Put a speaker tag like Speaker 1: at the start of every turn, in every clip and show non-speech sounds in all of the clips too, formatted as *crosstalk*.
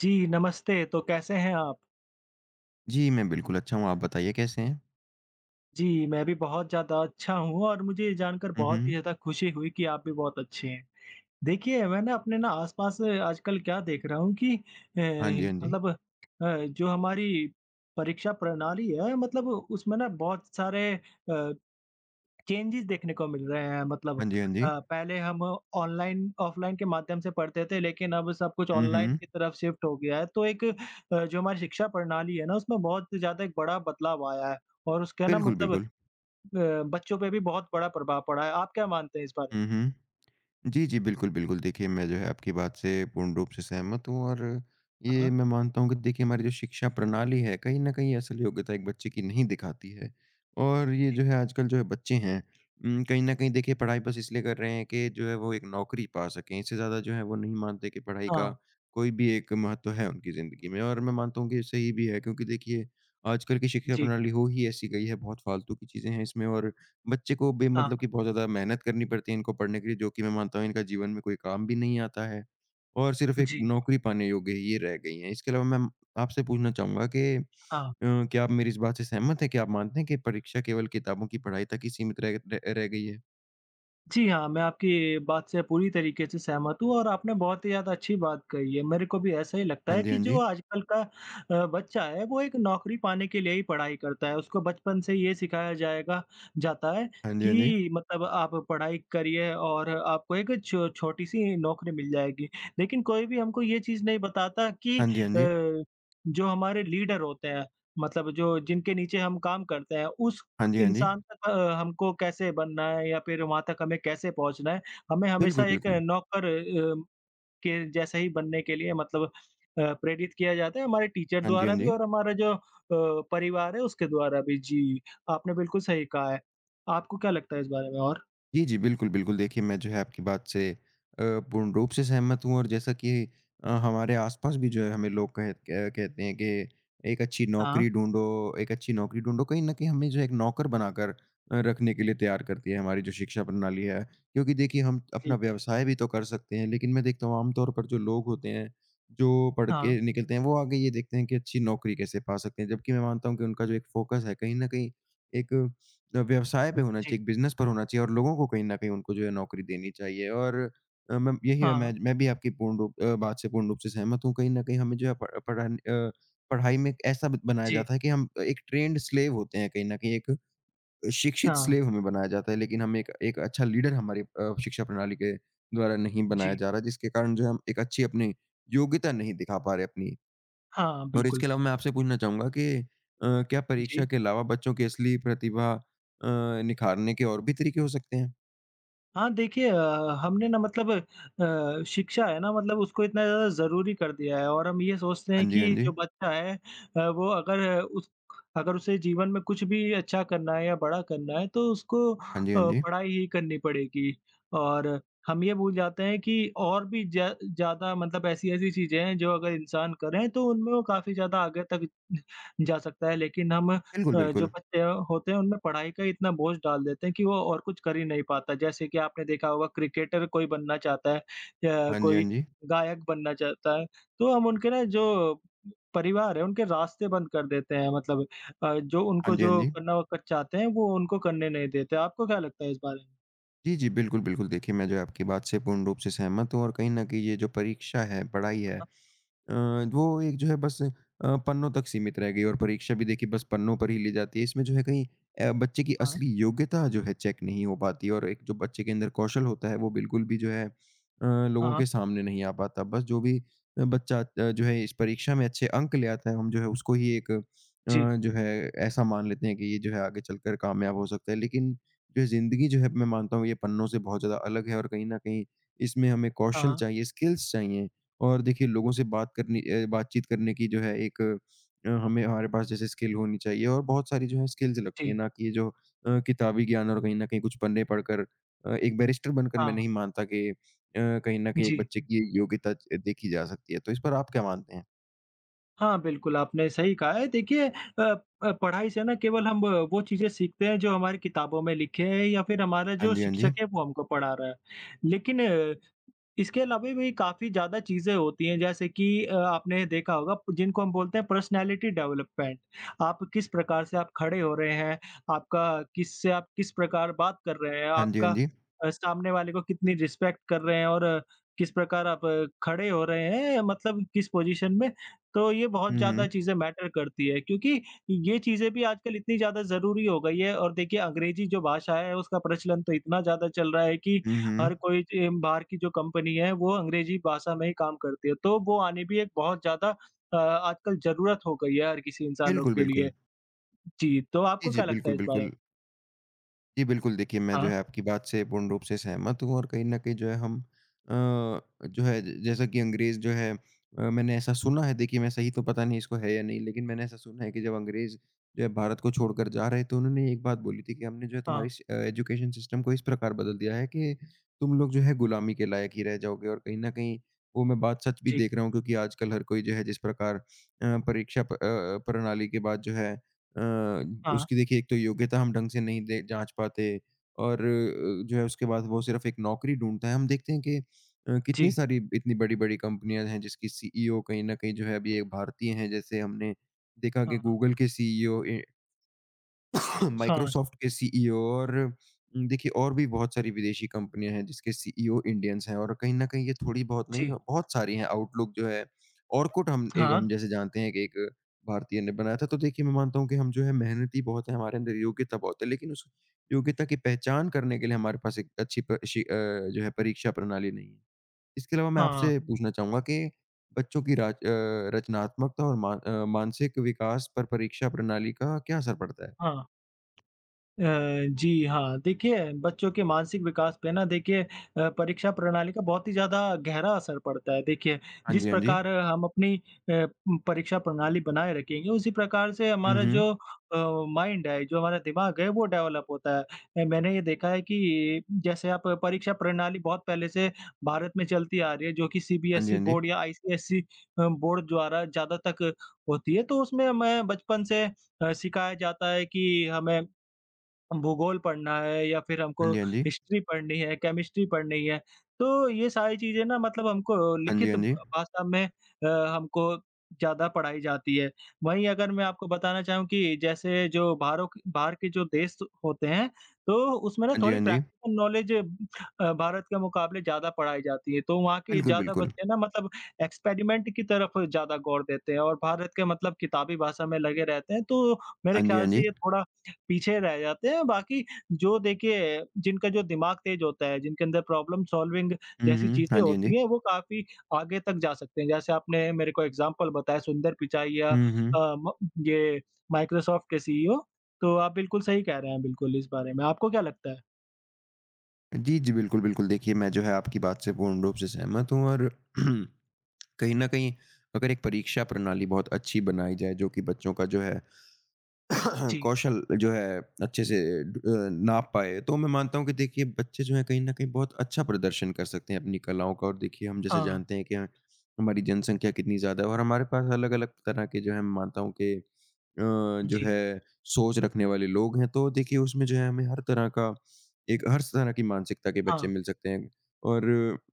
Speaker 1: जी, नमस्ते। तो कैसे हैं आप?
Speaker 2: जी, मैं बिल्कुल अच्छा हूँ, आप बताइए कैसे हैं?
Speaker 1: जी, मैं भी बहुत ज़्यादा अच्छा हूँ और मुझे ये जानकर
Speaker 2: हुँ,
Speaker 1: बहुत ही
Speaker 2: हुँ।
Speaker 1: ज़्यादा खुशी हुई कि आप भी बहुत अच्छे हैं। देखिए, मैं अपने आस-पास आजकल क्या देख रहा हूँ कि
Speaker 2: हाँ जी, हाँ जी।
Speaker 1: मतलब अ, जो हमारी परीक्षा प्रणाली है मतलब उसमें ना बहुत सारे अ चेंजेस देखने को मिल रहे हैं मतलब।
Speaker 2: हाँ जी, हाँ जी।
Speaker 1: पहले हम ऑनलाइन ऑफलाइन के माध्यम से पढ़ते थे लेकिन अब सब कुछ
Speaker 2: हुँ,
Speaker 1: ऑनलाइन
Speaker 2: हुँ।
Speaker 1: की तरफ शिफ्ट हो गया है। तो एक जो हमारी शिक्षा प्रणाली है ना उसमें बहुत ज़्यादा एक बड़ा बदलाव आया है और उसका ना
Speaker 2: बिल्कुल,
Speaker 1: मतलब
Speaker 2: बिल्कुल।
Speaker 1: बच्चों पे भी बहुत बड़ा प्रभाव पड़ा है। आप क्या मानते हैं इस बारे में?
Speaker 2: हुँ, हुँ। जी, जी। बिल्कुल, बिल्कुल। देखिए, मैं जो है आपकी बात से पूर्ण रूप से सहमत हूँ और
Speaker 1: हाँ,
Speaker 2: ये मैं मानता हूँ कि देखिए हमारी जो शिक्षा प्रणाली है, कहीं न कहीं असल योग्यता एक बच्चे की नहीं दिखाती है। और ये
Speaker 1: जी।
Speaker 2: जो है आजकल जो है बच्चे हैं, कहीं न कहीं देखिए पढ़ाई बस इसलिए कर रहे हैं कि जो है वो एक नौकरी पा सकें। इससे ज़्यादा जो है वो नहीं मानते कि पढ़ाई
Speaker 1: हाँ,
Speaker 2: का कोई भी एक महत्व है उनकी ज़िंदगी में। और मैं मानता हूँ कि ये सही भी है क्योंकि देखिए आजकल की शिक्षा
Speaker 1: जी।
Speaker 2: प्रणाली हो ही ऐसी गई है, बहुत फालतू की चीज़ें हैं इसमें और बच्चे को बे
Speaker 1: हाँ,
Speaker 2: मतलब कि बहुत ज़्यादा मेहनत करनी पड़ती है इनको पढ़ने के लिए, जो कि मैं मानता हूँ इनका जीवन में कोई काम भी नहीं आता है और सिर्फ़ एक
Speaker 1: जी।
Speaker 2: नौकरी पाने योग्य है, ये रह गई हैं। इसके अलावा मैं आपसे पूछना चाहूँगा कि
Speaker 1: हाँ।
Speaker 2: क्या आप मेरी इस बात से सहमत हैं कि आप मानते हैं कि परीक्षा केवल किताबों की पढ़ाई तक ही सीमित रह रह रह गई है?
Speaker 1: जी हाँ, मैं आपकी बात से पूरी तरीके से सहमत हूँ और आपने बहुत ही ज़्यादा अच्छी बात कही है। मेरे को भी ऐसा ही लगता
Speaker 2: हाँ
Speaker 1: है
Speaker 2: जी,
Speaker 1: कि
Speaker 2: हाँ
Speaker 1: जो
Speaker 2: जी।
Speaker 1: आजकल का बच्चा है वो एक नौकरी पाने के लिए ही पढ़ाई करता है। उसको बचपन से ये सिखाया जाएगा जाता है
Speaker 2: हाँ जी, हाँ जी।
Speaker 1: कि मतलब आप पढ़ाई करिए और आपको एक छो छोटी-सी नौकरी मिल जाएगी। लेकिन कोई भी हमको ये चीज़ नहीं बताता कि
Speaker 2: हाँ जी, हाँ जी।
Speaker 1: अ, जो हमारे लीडर होते हैं मतलब जो जिनके नीचे हम काम करते हैं उस
Speaker 2: हाँ जी, हाँ जी।
Speaker 1: इंसान तक हमको कैसे बनना है या फिर वहाँ तक हमें कैसे पहुँचना है। हमें हमेशा
Speaker 2: बिल्कुल,
Speaker 1: एक
Speaker 2: बिल्कुल।
Speaker 1: नौकर के जैसा ही बनने के लिए मतलब प्रेरित किया जाता है हमारे टीचर
Speaker 2: हाँ जी, हाँ
Speaker 1: द्वारा भी
Speaker 2: जी।
Speaker 1: और हमारा जो परिवार है उसके द्वारा भी। जी, आपने बिल्कुल सही कहा है। आपको क्या लगता है इस बारे में और?
Speaker 2: जी, जी। बिल्कुल, बिल्कुल। देखिए, मैं जो है आपकी बात से अ, पूर्ण रूप से सहमत हूँ और जैसा कि हमारे आस-पास भी जो है हमें लोग कह क कहते हैं कि एक अच्छी
Speaker 1: हाँ,
Speaker 2: नौकरी ढूँढो, एक अच्छी नौकरी ढूँढो। कहीं न कहीं हमें जो है एक नौकर बनाकर रखने के लिए तैयार करती है हमारी जो शिक्षा प्रणाली है। क्योंकि देखिए हम अपना
Speaker 1: जी,
Speaker 2: व्यवसाय भी तो कर सकते हैं, लेकिन मैं देखता हूँ आम तौर पर जो लोग होते हैं, जो पढ़
Speaker 1: हाँ,
Speaker 2: के निकलते हैं, वो आगे ये देखते हैं कि अच्छी नौकरी कैसे पा सकते हैं। जबकि मैं मानता हूँ कि उनका जो एक फ़ोकस है, कहीं न कहीं एक व्यवसाय पे होना
Speaker 1: जी,
Speaker 2: चाहिए, एक बिज़नेस पर होना चाहिए और लोगों को कहीं न कहीं उनको जो है नौकरी देनी चाहिए और मैं यही है,
Speaker 1: हाँ,
Speaker 2: मैं भी आपकी पूर्ण रूप बात से पूर्ण रूप से सहमत हूँ। कहीं न कहीं हमें जो है पढ़ाई में एक ऐसा ब बनाया
Speaker 1: जी,
Speaker 2: जाता है कि हम एक ट्रेन्ड स्लेव होते हैं कहीं न कहीं एक शिक्षित
Speaker 1: हाँ,
Speaker 2: स्लेव हमें बनाया जाता है, लेकिन हम एक एक अच्छा लीडर हमारी शिक्षा प्रणाली के द्वारा नहीं बनाया
Speaker 1: जी,
Speaker 2: जा रहा, जिसके कारण जो है हम एक अच्छी अपनी योग्यता नहीं दिखा पा रहे अपनी।
Speaker 1: हाँ,
Speaker 2: और
Speaker 1: बिल्कुल।
Speaker 2: इसके अलावा मैं आपसे पूछना चाहूँगा कि क्या परीक्षा
Speaker 1: जी।
Speaker 2: के अलावा बच्चों की असली प्रतिभा निखारने के और भी तरीके हो सकते हैं?
Speaker 1: हाँ, देखिए, हमने ना मतलब शिक्षा है ना मतलब उसको इतना ज़्यादा ज़रूरी कर दिया है और हम ये सोचते हैं
Speaker 2: हाँ जी, हाँ
Speaker 1: कि
Speaker 2: जी।
Speaker 1: जो बच्चा है वो अगर उसे जीवन में कुछ भी अच्छा करना है या बड़ा करना है तो उसको
Speaker 2: हाँ जी, हाँ जी।
Speaker 1: पढ़ाई ही करनी पड़ेगी। और हम ये भूल जाते हैं कि और भी ज ज़्यादा मतलब ऐसी-ऐसी चीज़ें हैं जो अगर इंसान करें तो उनमें वो काफ़ी ज़्यादा आगे तक जा सकता है। लेकिन हम
Speaker 2: बिल्कुल,
Speaker 1: जो
Speaker 2: बिल्कुल।
Speaker 1: बच्चे होते हैं उनमें पढ़ाई का इतना बोझ डाल देते हैं कि वो और कुछ कर ही नहीं पाता। जैसे कि आपने देखा होगा क्रिकेटर कोई बनना चाहता है या
Speaker 2: हाँ जी, हाँ
Speaker 1: कोई
Speaker 2: जी।
Speaker 1: गायक बनना चाहता है, तो हम उनके ना जो परिवार है उनके रास्ते बंद कर देते हैं मतलब जो
Speaker 2: हाँ
Speaker 1: उनको
Speaker 2: जी, हाँ
Speaker 1: जो
Speaker 2: जी।
Speaker 1: करना वो कर चाहते हैं वो उनको करने नहीं देते। आपको क्या लगता है इस बारे में?
Speaker 2: जी, जी, बिल्कुल, बिल्कुल। देखिए, मैं जो है आपकी बात से पूर्ण रूप से सहमत हूँ और कहीं न कहीं ये जो परीक्षा है, पढ़ाई है, अ, वो एक जो है बस पन्नों तक सीमित रह गई और परीक्षा भी देखिए बस पन्नों पर ही ली जाती है। इसमें जो है कहीं बच्चे की
Speaker 1: हाँ,
Speaker 2: असली योग्यता जो है चेक नहीं हो पाती और एक जो बच्चे के अंदर कौशल होता है वो बिल्कुल भी जो है
Speaker 1: हाँ,
Speaker 2: लोगों
Speaker 1: हाँ,
Speaker 2: के सामने नहीं आ पाता। बस जो भी बच्चा जो है इस परीक्षा में अच्छे अंक ले आता है, हम जो है उसको ही एक
Speaker 1: जी।
Speaker 2: जो है ऐसा मान लेते हैं कि ये जो है आगे चलकर कामयाब हो सकता है। लेकिन जो ज़िंदगी जो है मैं मानता हूँ ये पन्नों से बहुत ज़्यादा अलग है और कहीं न कहीं इसमें हमें कौशल
Speaker 1: हाँ,
Speaker 2: चाहिए, स्किल्स चाहिए। और देखिए लोगों से बातचीत करने की जो है एक हमें हमारे पास जैसे स्किल होनी चाहिए और बहुत सारी जो है स्किल्स लगती है
Speaker 1: जी।
Speaker 2: ना कि ये जो किताबी ज्ञान और कहीं न कहीं कुछ पन्ने पढ़कर एक बैरिस्टर बनकर मैं
Speaker 1: हाँ,
Speaker 2: नहीं मानता कि कहीं न कहीं
Speaker 1: जी।
Speaker 2: एक बच्चे की ये योग्यता च देखी जा सकती है। तो इस पर आप क्या मानते हैं?
Speaker 1: हाँ, बिल्कुल, आपने सही कहा है। देखिए, अ पढ़ाई से ना केवल हम वो चीज़ें सीखते हैं जो हमारी किताबों में लिखे हैं या फिर हमारा
Speaker 2: हाँ
Speaker 1: जो
Speaker 2: जी, हाँ
Speaker 1: शिक्षक
Speaker 2: जी।
Speaker 1: है वो हमको पढ़ा रहा है। लेकिन इसके अलावा भी काफ़ी ज़्यादा चीज़ें होती हैं जैसे कि आपने देखा होगा जिनको हम बोलते हैं पर्सनैलिटी डेवलपमेंट। आप किस प्रकार से आप खड़े हो रहे हैं, आपका किससे आप किस प्रकार बात कर रहे हैं,
Speaker 2: हाँ जी, हाँ
Speaker 1: आपका
Speaker 2: जी।
Speaker 1: सामने वाले को कितनी रिस्पेक्ट कर रहे हैं और किस प्रकार आप खड़े हो रहे हैं मतलब किस पोज़ीशन में, तो ये बहुत
Speaker 2: हुँ,
Speaker 1: ज़्यादा
Speaker 2: हुँ।
Speaker 1: चीज़ें मैटर करती है क्योंकि ये चीज़ें भी आजकल इतनी ज़्यादा ज़रूरी हो गई है और देखिए अंग्रेज़ी जो भाषा है उसका प्रचलन तो इतना ज़्यादा चल रहा है कि
Speaker 2: हुँ, हुँ।
Speaker 1: हर कोई ज बाहर की जो कंपनी है वो अंग्रेजी भाषा में ही काम करती है। तो वो आने भी एक बहुत ज़्यादा आजकल ज़रूरत हो गई है हर किसी इंसानों
Speaker 2: बिल्कुल,
Speaker 1: के लिए।
Speaker 2: बिल्कुल।
Speaker 1: जी, तो
Speaker 2: जी,
Speaker 1: आपको
Speaker 2: जी।
Speaker 1: क्या लगता है
Speaker 2: बिल्कुल,
Speaker 1: इस बारे में?
Speaker 2: बिल्कुल। जी, बिल्कुल देखिए, मैं जो
Speaker 1: हाँ,
Speaker 2: है आपकी बात से पूर्ण रूप से सहमत हूँ और कहीं न कहीं जो है हम अ, जो है ज जैसा कि अंग्रेज़ जो है, मैंने ऐसा सुना है, देखिए मैं सही तो पता नहीं इसको है या नहीं, लेकिन मैंने ऐसा सुना है कि जब अंग्रेज़ जो है भारत को छोड़कर जा रहे तो उन्होंने एक बात बोली थी कि हमने जो है
Speaker 1: हाँ,
Speaker 2: एजुकेशन सिस्टम को इस प्रकार बदल दिया है कि तुम लोग जो है गुलामी के लायक ही रह जाओगे और कहीं न कहीं वो मैं बात सच भी
Speaker 1: जी,
Speaker 2: देख रहा हूँ क्योंकि आजकल हर कोई जो है जिस प्रकार परीक्षा प अ, प्रणाली के बाद जो है
Speaker 1: हाँ,
Speaker 2: उसकी देखिए एक तो योग्यता हम ढंग से नहीं दे जाँच पाते और जो है उसके बाद वो सिर्फ़ एक नौकरी ढूँढता है। हम देखते हैं कि कितनी
Speaker 1: जी,
Speaker 2: सारी इतनी बड़ी-बड़ी कंपनियाँ हैं जिसकी सीईओ कहीं न कहीं जो है अभी एक भारतीय हैं। जैसे हमने देखा कि
Speaker 1: हाँ,
Speaker 2: गूगल के सीईओ, ए
Speaker 1: हाँ,
Speaker 2: माइक्रोसॉफ्ट के सीईओ और न, देखिए और भी बहुत सारी विदेशी कंपनियां हैं जिसके सीईओ इंडियंस हैं और कहीं ना कहीं ये थोड़ी बहुत नहीं
Speaker 1: जी,
Speaker 2: बहुत सारी हैं। आउटलुक जो है ऑर्कुट, हम एक
Speaker 1: हाँ,
Speaker 2: हम जैसे जानते हैं कि एक भारतीय ने बनाया था। तो देखिए मैं मानता हूँ कि हम जो है मेहनती बहुत है, हमारे अंदर योग्यता बहुत है, लेकिन उस योग्यता की पहचान करने के लिए हमारे पास एक अच्छी जो है परीक्षा प्रणाली नहीं है। इसके अलावा मैं
Speaker 1: हाँ,
Speaker 2: आपसे पूछना चाहूंगा कि बच्चों की रचनात्मकता और मानसिक विकास पर परीक्षा प्रणाली का क्या असर पड़ता है?
Speaker 1: हाँ। अ, जी हाँ, देखिए बच्चों के मानसिक विकास पे ना देखिए परीक्षा प्रणाली का बहुत ही ज़्यादा गहरा असर पड़ता है। देखिए,
Speaker 2: हाँ
Speaker 1: जिस
Speaker 2: जी, हाँ जी।
Speaker 1: प्रकार हम अपनी परीक्षा प्रणाली बनाए रखेंगे, उसी प्रकार से
Speaker 2: हुँ,
Speaker 1: हमारा जो
Speaker 2: हुँ।
Speaker 1: अ, माइंड है, जो हमारा दिमाग है, वो डेवलप होता है। मैंने ये देखा है कि जैसे आप परीक्षा प्रणाली बहुत पहले से भारत में चलती आ रही है, जो कि
Speaker 2: हाँ जी,
Speaker 1: सीबीएसई
Speaker 2: हाँ जी।
Speaker 1: बोर्ड या आईसीएसई बोर्ड द्वारा ज़्यादा तक होती है। तो उसमें हमें बचपन से सिखाया जाता है कि हमें हम भूगोल पढ़ना है या फिर
Speaker 2: हाँ
Speaker 1: हमको
Speaker 2: जी, हाँ जी।
Speaker 1: हिस्ट्री पढ़नी है, केमिस्ट्री पढ़नी है। तो ये सारी चीज़ें ना मतलब हमको
Speaker 2: हाँ जी,
Speaker 1: लिखित
Speaker 2: हाँ जी।
Speaker 1: भाषा में हमको ज़्यादा पढ़ाई जाती है। वहीं अगर मैं आपको बताना चाहूँ कि जैसे जो बाहर के जो देश होते हैं, तो उसमें ना
Speaker 2: हाँ जी,
Speaker 1: थोड़ी
Speaker 2: हाँ जी।
Speaker 1: प्रैक्टिकल नॉलेज भारत के मुकाबले ज़्यादा पढ़ाई जाती है। तो वहाँ के
Speaker 2: बिल्कुल,
Speaker 1: ज़्यादा
Speaker 2: बिल्कुल।
Speaker 1: बच्चे ना मतलब एक्सपेरिमेंट की तरफ ज़्यादा गौर देते हैं और भारत के मतलब किताबी भाषा में लगे रहते हैं। तो मेरे
Speaker 2: हाँ जी,
Speaker 1: ख़्याल
Speaker 2: हाँ
Speaker 1: से
Speaker 2: जी।
Speaker 1: ये थोड़ा पीछे रह जाते हैं, बाकी जो देखिए जिनका जो दिमाग तेज होता है, जिनके अंदर प्रॉब्लम सॉल्विंग
Speaker 2: हुँ,
Speaker 1: जैसी
Speaker 2: हुँ।
Speaker 1: चीज़ें
Speaker 2: हाँ जी, हाँ जी।
Speaker 1: होती हैं, वो काफ़ी आगे तक जा सकते हैं। जैसे आपने मेरे को एग्ज़ाम्पल बताया सुंदर पिचाई या
Speaker 2: हुँ,
Speaker 1: अ,
Speaker 2: हुँ।
Speaker 1: म ये माइक्रोसॉफ्ट के सीईओ, तो आप बिल्कुल सही कह रहे हैं बिल्कुल इस बारे में। आपको क्या लगता है?
Speaker 2: जी, जी, बिल्कुल, बिल्कुल। देखिए, मैं जो है आपकी बात से पूर्ण रूप से सहमत हूँ और *clears throat* कहीं न कहीं अगर एक परीक्षा प्रणाली बहुत अच्छी बनाई जाए जो कि बच्चों का जो है *coughs* *clears throat*
Speaker 1: जी,
Speaker 2: कौशल जो है अच्छे से नाप पाए, तो मैं मानता हूँ कि देखिए बच्चे जो हैं कहीं न कहीं बहुत अच्छा प्रदर्शन कर सकते हैं अपनी कलाओं का। और देखिए हम जैसे
Speaker 1: हाँ,
Speaker 2: जानते हैं कि हमारी जनसंख्या कितनी ज़्यादा है और हमारे पास अलग-अलग तरह के जो है, मैं मानता हूँ कि अ, जो
Speaker 1: जी,
Speaker 2: है सोच रखने वाले लोग हैं, तो देखिए उसमें जो है हमें हर तरह का एक हर तरह की मानसिकता के बच्चे
Speaker 1: हाँ,
Speaker 2: मिल सकते हैं। और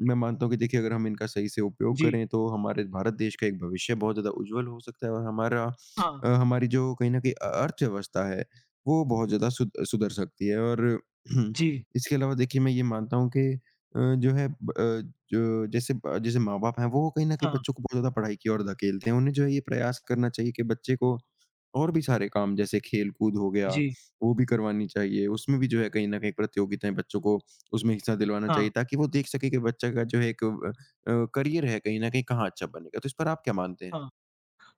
Speaker 2: मैं मानता हूँ कि देखिए अगर हम इनका सही से उपयोग
Speaker 1: जी,
Speaker 2: करें तो हमारे भारत देश का एक भविष्य बहुत ज़्यादा उज्जवल हो सकता है और हमारा
Speaker 1: हाँ,
Speaker 2: हमारी जो कहीं न कहीं अर्थव्यवस्था है, वो बहुत ज़्यादा सुधर सकती है। और *clears throat*
Speaker 1: जी,
Speaker 2: इसके अलावा देखिए मैं ये मानता हूँ कि जो है जो जैसे ब जैसे माँ-बाप हैं वो कहीं न कहीं
Speaker 1: हाँ,
Speaker 2: बच्चों को बहुत ज़्यादा पढ़ाई की ओर धकेलते हैं। उन्हें जो है ये प्रयास करना चाहिए कि बच्चे को और भी सारे काम जैसे खेल-कूद हो गया,
Speaker 1: जी,
Speaker 2: वो भी करवानी चाहिए। उसमें भी जो है कहीं न कहीं प्रतियोगिताएँ बच्चों को उसमें हिस्सा दिलवाना
Speaker 1: हाँ,
Speaker 2: चाहिए ताकि वो देख सके कि बच्चा का जो है एक करियर है कहीं न कहीं कहाँ अच्छा बनेगा। तो इस पर आप क्या मानते हैं?
Speaker 1: हाँ।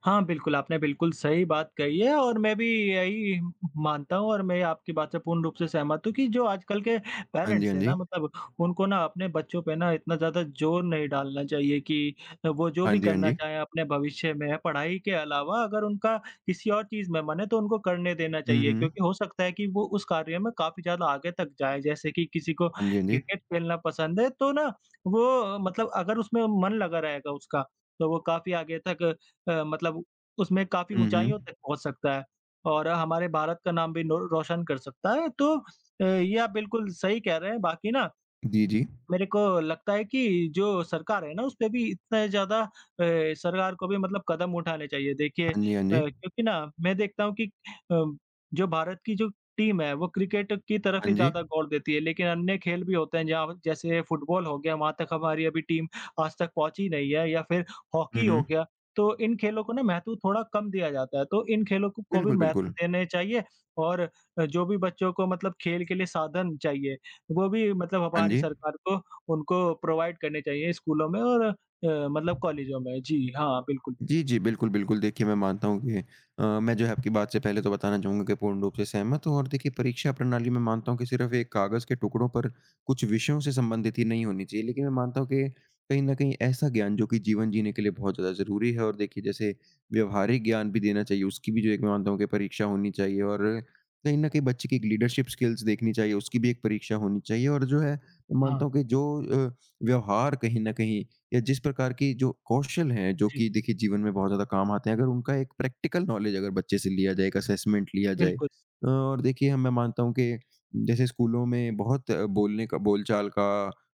Speaker 1: हाँ, बिल्कुल, आपने बिल्कुल सही बात कही है और मैं भी यही मानता हूँ और मैं आपकी बात से पूर्ण रूप से सहमत हूँ कि जो आजकल के
Speaker 2: हाँ जी,
Speaker 1: पेरेंट्स
Speaker 2: हाँ
Speaker 1: हैं ना
Speaker 2: जी।
Speaker 1: मतलब उनको ना अपने बच्चों पे ना इतना ज़्यादा ज़ोर नहीं डालना चाहिए कि वो जो
Speaker 2: हाँ
Speaker 1: भी
Speaker 2: जी, हाँ
Speaker 1: करना
Speaker 2: जी।
Speaker 1: चाहें अपने भविष्य में, पढ़ाई के अलावा अगर उनका किसी और चीज़ में मन है तो उनको करने देना
Speaker 2: हुँ,
Speaker 1: चाहिए
Speaker 2: हुँ।
Speaker 1: क्योंकि हो सकता है कि वो उस कार्य में काफ़ी ज़्यादा आगे तक जाएँ। जैसे कि किसी को
Speaker 2: हाँ जी, हाँ जी।
Speaker 1: क्रिकेट खेलना पसंद है तो ना वो मतलब अगर उसमें मन लगा रहेगा उसका, तो वो काफ़ी आगे तक मतलब उसमें काफ़ी
Speaker 2: हुँ, हुँ।
Speaker 1: ऊँचाइयों तक पहुँच सकता है और हमारे भारत का नाम भी नो रोशन कर सकता है। तो ये आप बिल्कुल सही कह रहे हैं। बाकी ना
Speaker 2: जी, जी।
Speaker 1: मेरे को लगता है कि जो सरकार है ना, उसपे भी इतने ज़्यादा सरकार को भी मतलब कदम उठाने चाहिए। देखिए,
Speaker 2: हाँ जी, हाँ जी।
Speaker 1: क्योंकि ना मैं देखता हूँ कि अ, जो भारत की जो टीम है, वो क्रिकेट की तरफ ही
Speaker 2: हाँ जी।
Speaker 1: ज़्यादा गौर देती है, लेकिन अन्य खेल भी होते हैं जहाँ जैसे फुटबॉल हो गया, वहाँ तक हमारी अभी टीम आज तक पहुँची नहीं है या फिर
Speaker 2: हुँ,
Speaker 1: हॉकी हो
Speaker 2: हुँ।
Speaker 1: गया। तो इन खेलों को ना महत्व थोड़ा कम दिया जाता है, तो इन खेलों को भी
Speaker 2: बिल्कुल,
Speaker 1: महत्व
Speaker 2: बिल्कुल।
Speaker 1: देने चाहिए और जो भी बच्चों को मतलब खेल के लिए साधन चाहिए, वो भी मतलब
Speaker 2: हाँ
Speaker 1: हमारी
Speaker 2: जी।
Speaker 1: सरकार को उनको प्रोवाइड करने चाहिए स्कूलों में और मतलब कॉलेजों में। जी, हाँ, बिल्कुल।
Speaker 2: जी, जी। बिल्कुल, बिल्कुल। देखिए, मैं मानता हूँ कि मैं जो है आपकी बात से पहले तो बताना चाहूँगा कि पूर्ण रूप से सहमत हूँ। और देखिए परीक्षा प्रणाली मैं मानता हूँ कि सिर्फ़ एक कागज़ के टुकड़ों पर कुछ विषयों से संबंधित ही नहीं होनी चाहिए। लेकिन मैं मानता हूँ कि कहीं न कहीं ऐसा ज्ञान जो कि जीवन जीने के लिए बहुत ज़्यादा ज़रूरी है, और देखिए जैसे व्यावहारिक ज्ञान भी देना चाहिए, उसकी भी जो एक मैं मानता हूँ कि परीक्षा होनी चाहिए। और कहीं न कहीं बच्चे की एक लीडरशिप स्किल्स देखनी चाहिए, उसकी भी एक परीक्षा होनी चाहिए और जो है मैं
Speaker 1: हाँ,
Speaker 2: मानता हूँ कि जो अ, व्यवहार कहीं न कहीं या जिस प्रकार की जो कौशल हैं, जो
Speaker 1: जी,
Speaker 2: कि देखिए जीवन में बहुत ज़्यादा काम आते हैं, अगर उनका एक प्रैक्टिकल नॉलेज अगर बच्चे से लिया जाए, एक असेसमेंट लिया जाए
Speaker 1: बिल्कुल।
Speaker 2: और देखिए हम मैं मानता हूँ कि जैसे स्कूलों में बहुत बोलने का बोलचाल का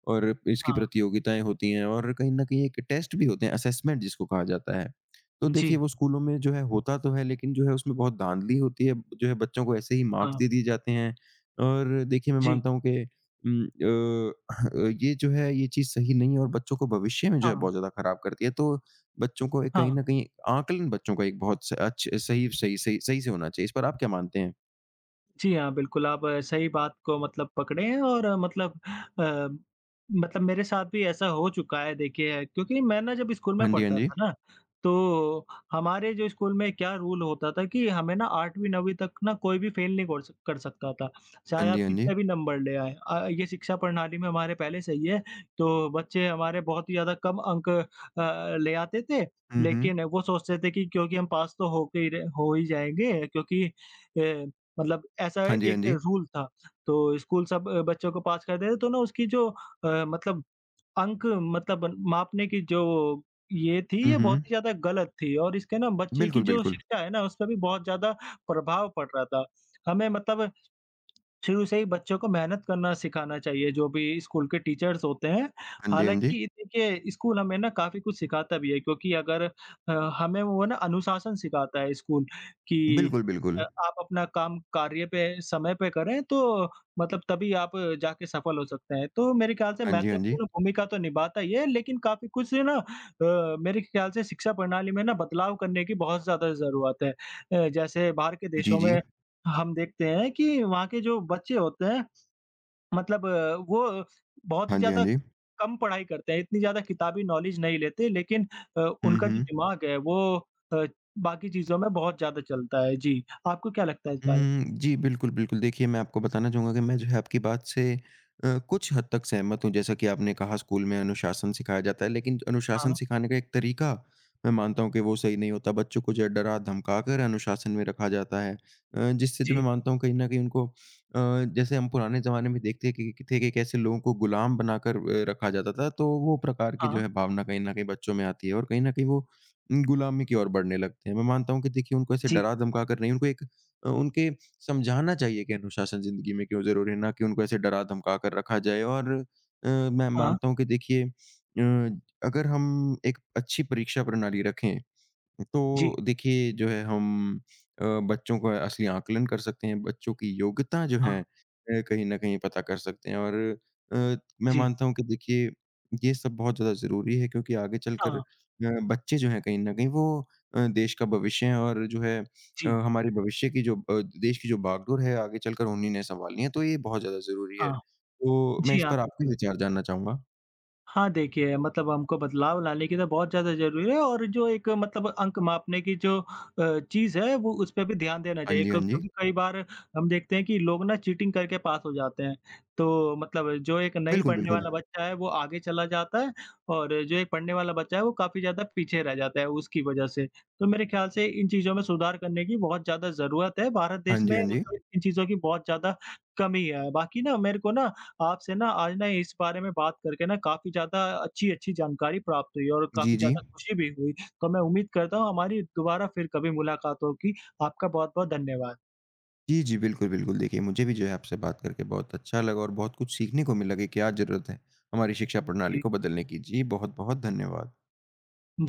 Speaker 2: और इसकी
Speaker 1: हाँ,
Speaker 2: प्रतियोगिताएँ होती हैं और कहीं न कहीं एक टेस्ट भी होते हैं, असेसमेंट जिसको कहा जाता है। तो देखिए
Speaker 1: जी,
Speaker 2: वो स्कूलों में जो है होता तो है, लेकिन जो है उसमें बहुत धाँधली होती है, जो है बच्चों को ऐसे ही मार्क्स
Speaker 1: हाँ,
Speaker 2: दे दिए जाते हैं और देखिए मैं
Speaker 1: जी,
Speaker 2: मानता हूँ कि उम, अ ये जो है ये चीज़ सही नहीं है और बच्चों को भविष्य में जो है
Speaker 1: हाँ,
Speaker 2: बहुत ज़्यादा ख़राब करती है। तो बच्चों को एक कहीं
Speaker 1: हाँ।
Speaker 2: न कहीं आकलन, बच्चों का एक बहुत स अच्छ सही सही सही सही से होना चाहिए। इस पर आप क्या मानते हैं?
Speaker 1: जी हाँ, बिल्कुल, आप सही बात को मतलब पकड़े हैं और अ, मतलब मेरे साथ भी ऐसा हो चुका है देखिए क्योंकि मैं ना जब स्कूल में
Speaker 2: हाँ जी, हाँ
Speaker 1: पढ़ता
Speaker 2: जी।
Speaker 1: था ना, तो हमारे जो स्कूल में क्या रूल होता था कि हमें ना 8वीं-9वीं तक ना कोई भी फ़ेल नहीं कर सकता था, चाहे
Speaker 2: हाँ जी,
Speaker 1: आप
Speaker 2: हाँ जी।
Speaker 1: कितने भी नंबर ले आएँ। ये शिक्षा प्रणाली में हमारे पहले से ही है, तो बच्चे हमारे बहुत ही ज़्यादा कम अंक ले आते थे,
Speaker 2: हुँ, हुँ।
Speaker 1: लेकिन वो सोचते थे कि क्योंकि हम पास तो हो के ही रहे हो ही जाएँगे क्योंकि अ मतलब ऐसा
Speaker 2: हाँ जी, हाँ
Speaker 1: एक
Speaker 2: जी।
Speaker 1: रूल था, तो स्कूल सब बच्चों को पास कर देते तो ना उसकी जो मतलब अंक मतलब मापने की जो ये थी,
Speaker 2: हुँ,
Speaker 1: ये बहुत
Speaker 2: हुँ।
Speaker 1: ही ज़्यादा गलत थी और इसके ना बच्चे की
Speaker 2: बिल्कुल,
Speaker 1: जो
Speaker 2: बिल्कुल।
Speaker 1: शिक्षा है ना, उस पे भी बहुत ज़्यादा प्रभाव पड़ रहा था। हमें मतलब शुरू से ही बच्चों को मेहनत करना सिखाना चाहिए, जो भी स्कूल के टीचर्स होते हैं।
Speaker 2: हाँ जी, हाँ जी।
Speaker 1: हालाँकि देखिए स्कूल हमें ना काफ़ी कुछ सिखाता भी है क्योंकि अगर हमें वो ना अनुशासन सिखाता है स्कूल कि
Speaker 2: बिल्कुल, बिल्कुल।
Speaker 1: आप अपना काम कार्य पे समय पे करें तो मतलब तभी आप जाके सफल हो सकते हैं। तो मेरे ख्याल से
Speaker 2: हाँ जी, हाँ जी।
Speaker 1: महत्वपूर्ण भूमिका तो निभाता ही है, लेकिन काफ़ी कुछ ना मेरे ख्याल से शिक्षा प्रणाली में ना बदलाव करने की बहुत ज़्यादा ज़रूरत है। जैसे बाहर के
Speaker 2: जी,
Speaker 1: देशों
Speaker 2: जी।
Speaker 1: में हम देखते हैं कि वहाँ के जो बच्चे होते हैं मतलब वो बहुत ही
Speaker 2: हाँ जी, हाँ
Speaker 1: ज़्यादा
Speaker 2: जी।
Speaker 1: कम पढ़ाई करते हैं, इतनी ज़्यादा किताबी नॉलेज नहीं लेते लेकिन
Speaker 2: हुँ,
Speaker 1: उनका जो
Speaker 2: हुँ।
Speaker 1: दिमाग है वो अ, बाकी चीज़ों में बहुत ज़्यादा चलता है। जी, आपको क्या लगता है इस बारे में?
Speaker 2: हुँ, जी, बिल्कुल, बिल्कुल। देखिए, मैं आपको बताना चाहूँगा कि मैं जो है आपकी बात से कुछ हद तक सहमत हूँ। जैसा कि आपने कहा स्कूल में अनुशासन सिखाया जाता है, लेकिन अनुशासन
Speaker 1: हाँ,
Speaker 2: सिखाने का एक तरीका मैं मानता हूँ कि वो सही नहीं होता। बच्चों को जो है डरा-धमका कर अनुशासन में रखा जाता है, जिससे जो मैं
Speaker 1: जी,
Speaker 2: मानता हूँ कहीं न कहीं उनको जैसे हम पुराने ज़माने में देखते कि थे कि कैसे लोगों को गुलाम बनाकर रखा जाता था, तो वो प्रकार की
Speaker 1: हाँ,
Speaker 2: जो है भावना कहीं न कहीं बच्चों में आती है और कहीं न कहीं वो गुलामी की ओर बढ़ने लगते हैं। मैं मानता हूँ कि देखिए उनको ऐसे
Speaker 1: जी,
Speaker 2: डरा-धमका कर नहीं, उनको एक उनके समझाना चाहिए कि अनुशासन ज़िंदगी में क्यों ज़रूरी है, ना कि उनको ऐसे डरा धमका कर रखा जाए और मैं
Speaker 1: हाँ,
Speaker 2: मानता हूँ कि देखिए अगर हम एक अच्छी परीक्षा प्रणाली रखें, तो
Speaker 1: जी,
Speaker 2: देखिए जो है हम अ, बच्चों का असली आकलन कर सकते हैं, बच्चों की योग्यता जो
Speaker 1: हाँ,
Speaker 2: है कहीं न कहीं पता कर सकते हैं और अ, मैं
Speaker 1: जी,
Speaker 2: मानता हूँ कि देखिए ये सब बहुत ज़्यादा ज़रूरी है क्योंकि आगे चलकर
Speaker 1: हाँ,
Speaker 2: बच्चे जो हैं कहीं न कहीं वो देश का भविष्य हैं और जो है
Speaker 1: जी,
Speaker 2: हमारे भविष्य की जो देश की जो बागडोर है आगे चलकर उन्हीं ने सँभालनी है, तो ये बहुत ज़्यादा ज़रूरी है।
Speaker 1: हाँ,
Speaker 2: तो मैं
Speaker 1: जी,
Speaker 2: इस
Speaker 1: हाँ,
Speaker 2: पर आपके
Speaker 1: बिल्कुल।
Speaker 2: विचार जानना चाहूँगा।
Speaker 1: हाँ, देखिए मतलब हमको बदलाव लाने की तो बहुत ज़्यादा ज़रूरी है और जो एक मतलब अंक मापने की जो चीज़ है वो उस पे भी ध्यान देना
Speaker 2: हाँ
Speaker 1: चाहिए
Speaker 2: जी, हाँ जी।
Speaker 1: क्योंकि कई बार हम देखते हैं कि लोग ना चीटिंग करके पास हो जाते हैं। तो मतलब जो एक नहीं
Speaker 2: बिल्कुल,
Speaker 1: पढ़ने
Speaker 2: बिल्कुल।
Speaker 1: वाला बच्चा है वो आगे चला जाता है और जो एक पढ़ने वाला बच्चा है वो काफ़ी ज़्यादा पीछे रह जाता है उसकी वज़ह से। तो मेरे ख़्याल से इन चीज़ों में सुधार करने की बहुत ज़्यादा ज़रूरत है, भारत
Speaker 2: हाँ
Speaker 1: देश
Speaker 2: जी,
Speaker 1: में
Speaker 2: हाँ जी।
Speaker 1: मतलब इन चीज़ों की बहुत ज़्यादा कमी है। बाकी ना मेरे को ना आपसे ना आज ना इस बारे में बात करके ना काफ़ी ज़्यादा अच्छी-अच्छी जानकारी प्राप्त हुई और
Speaker 2: जी,
Speaker 1: काफ़ी
Speaker 2: जी।
Speaker 1: ज़्यादा खुशी भी हुई। तो मैं उम्मीद करता हूँ हमारी दोबारा फिर कभी मुलाकात होगी। आपका बहुत-बहुत धन्यवाद।
Speaker 2: जी, जी। बिल्कुल, बिल्कुल। देखिए, मुझे भी जो है आपसे बात करके बहुत अच्छा लगा और बहुत कुछ सीखने को मिला कि क्या ज़रूरत है हमारी शिक्षा प्रणाली
Speaker 1: जी।
Speaker 2: को बदलने की। जी, बहुत-बहुत धन्यवाद।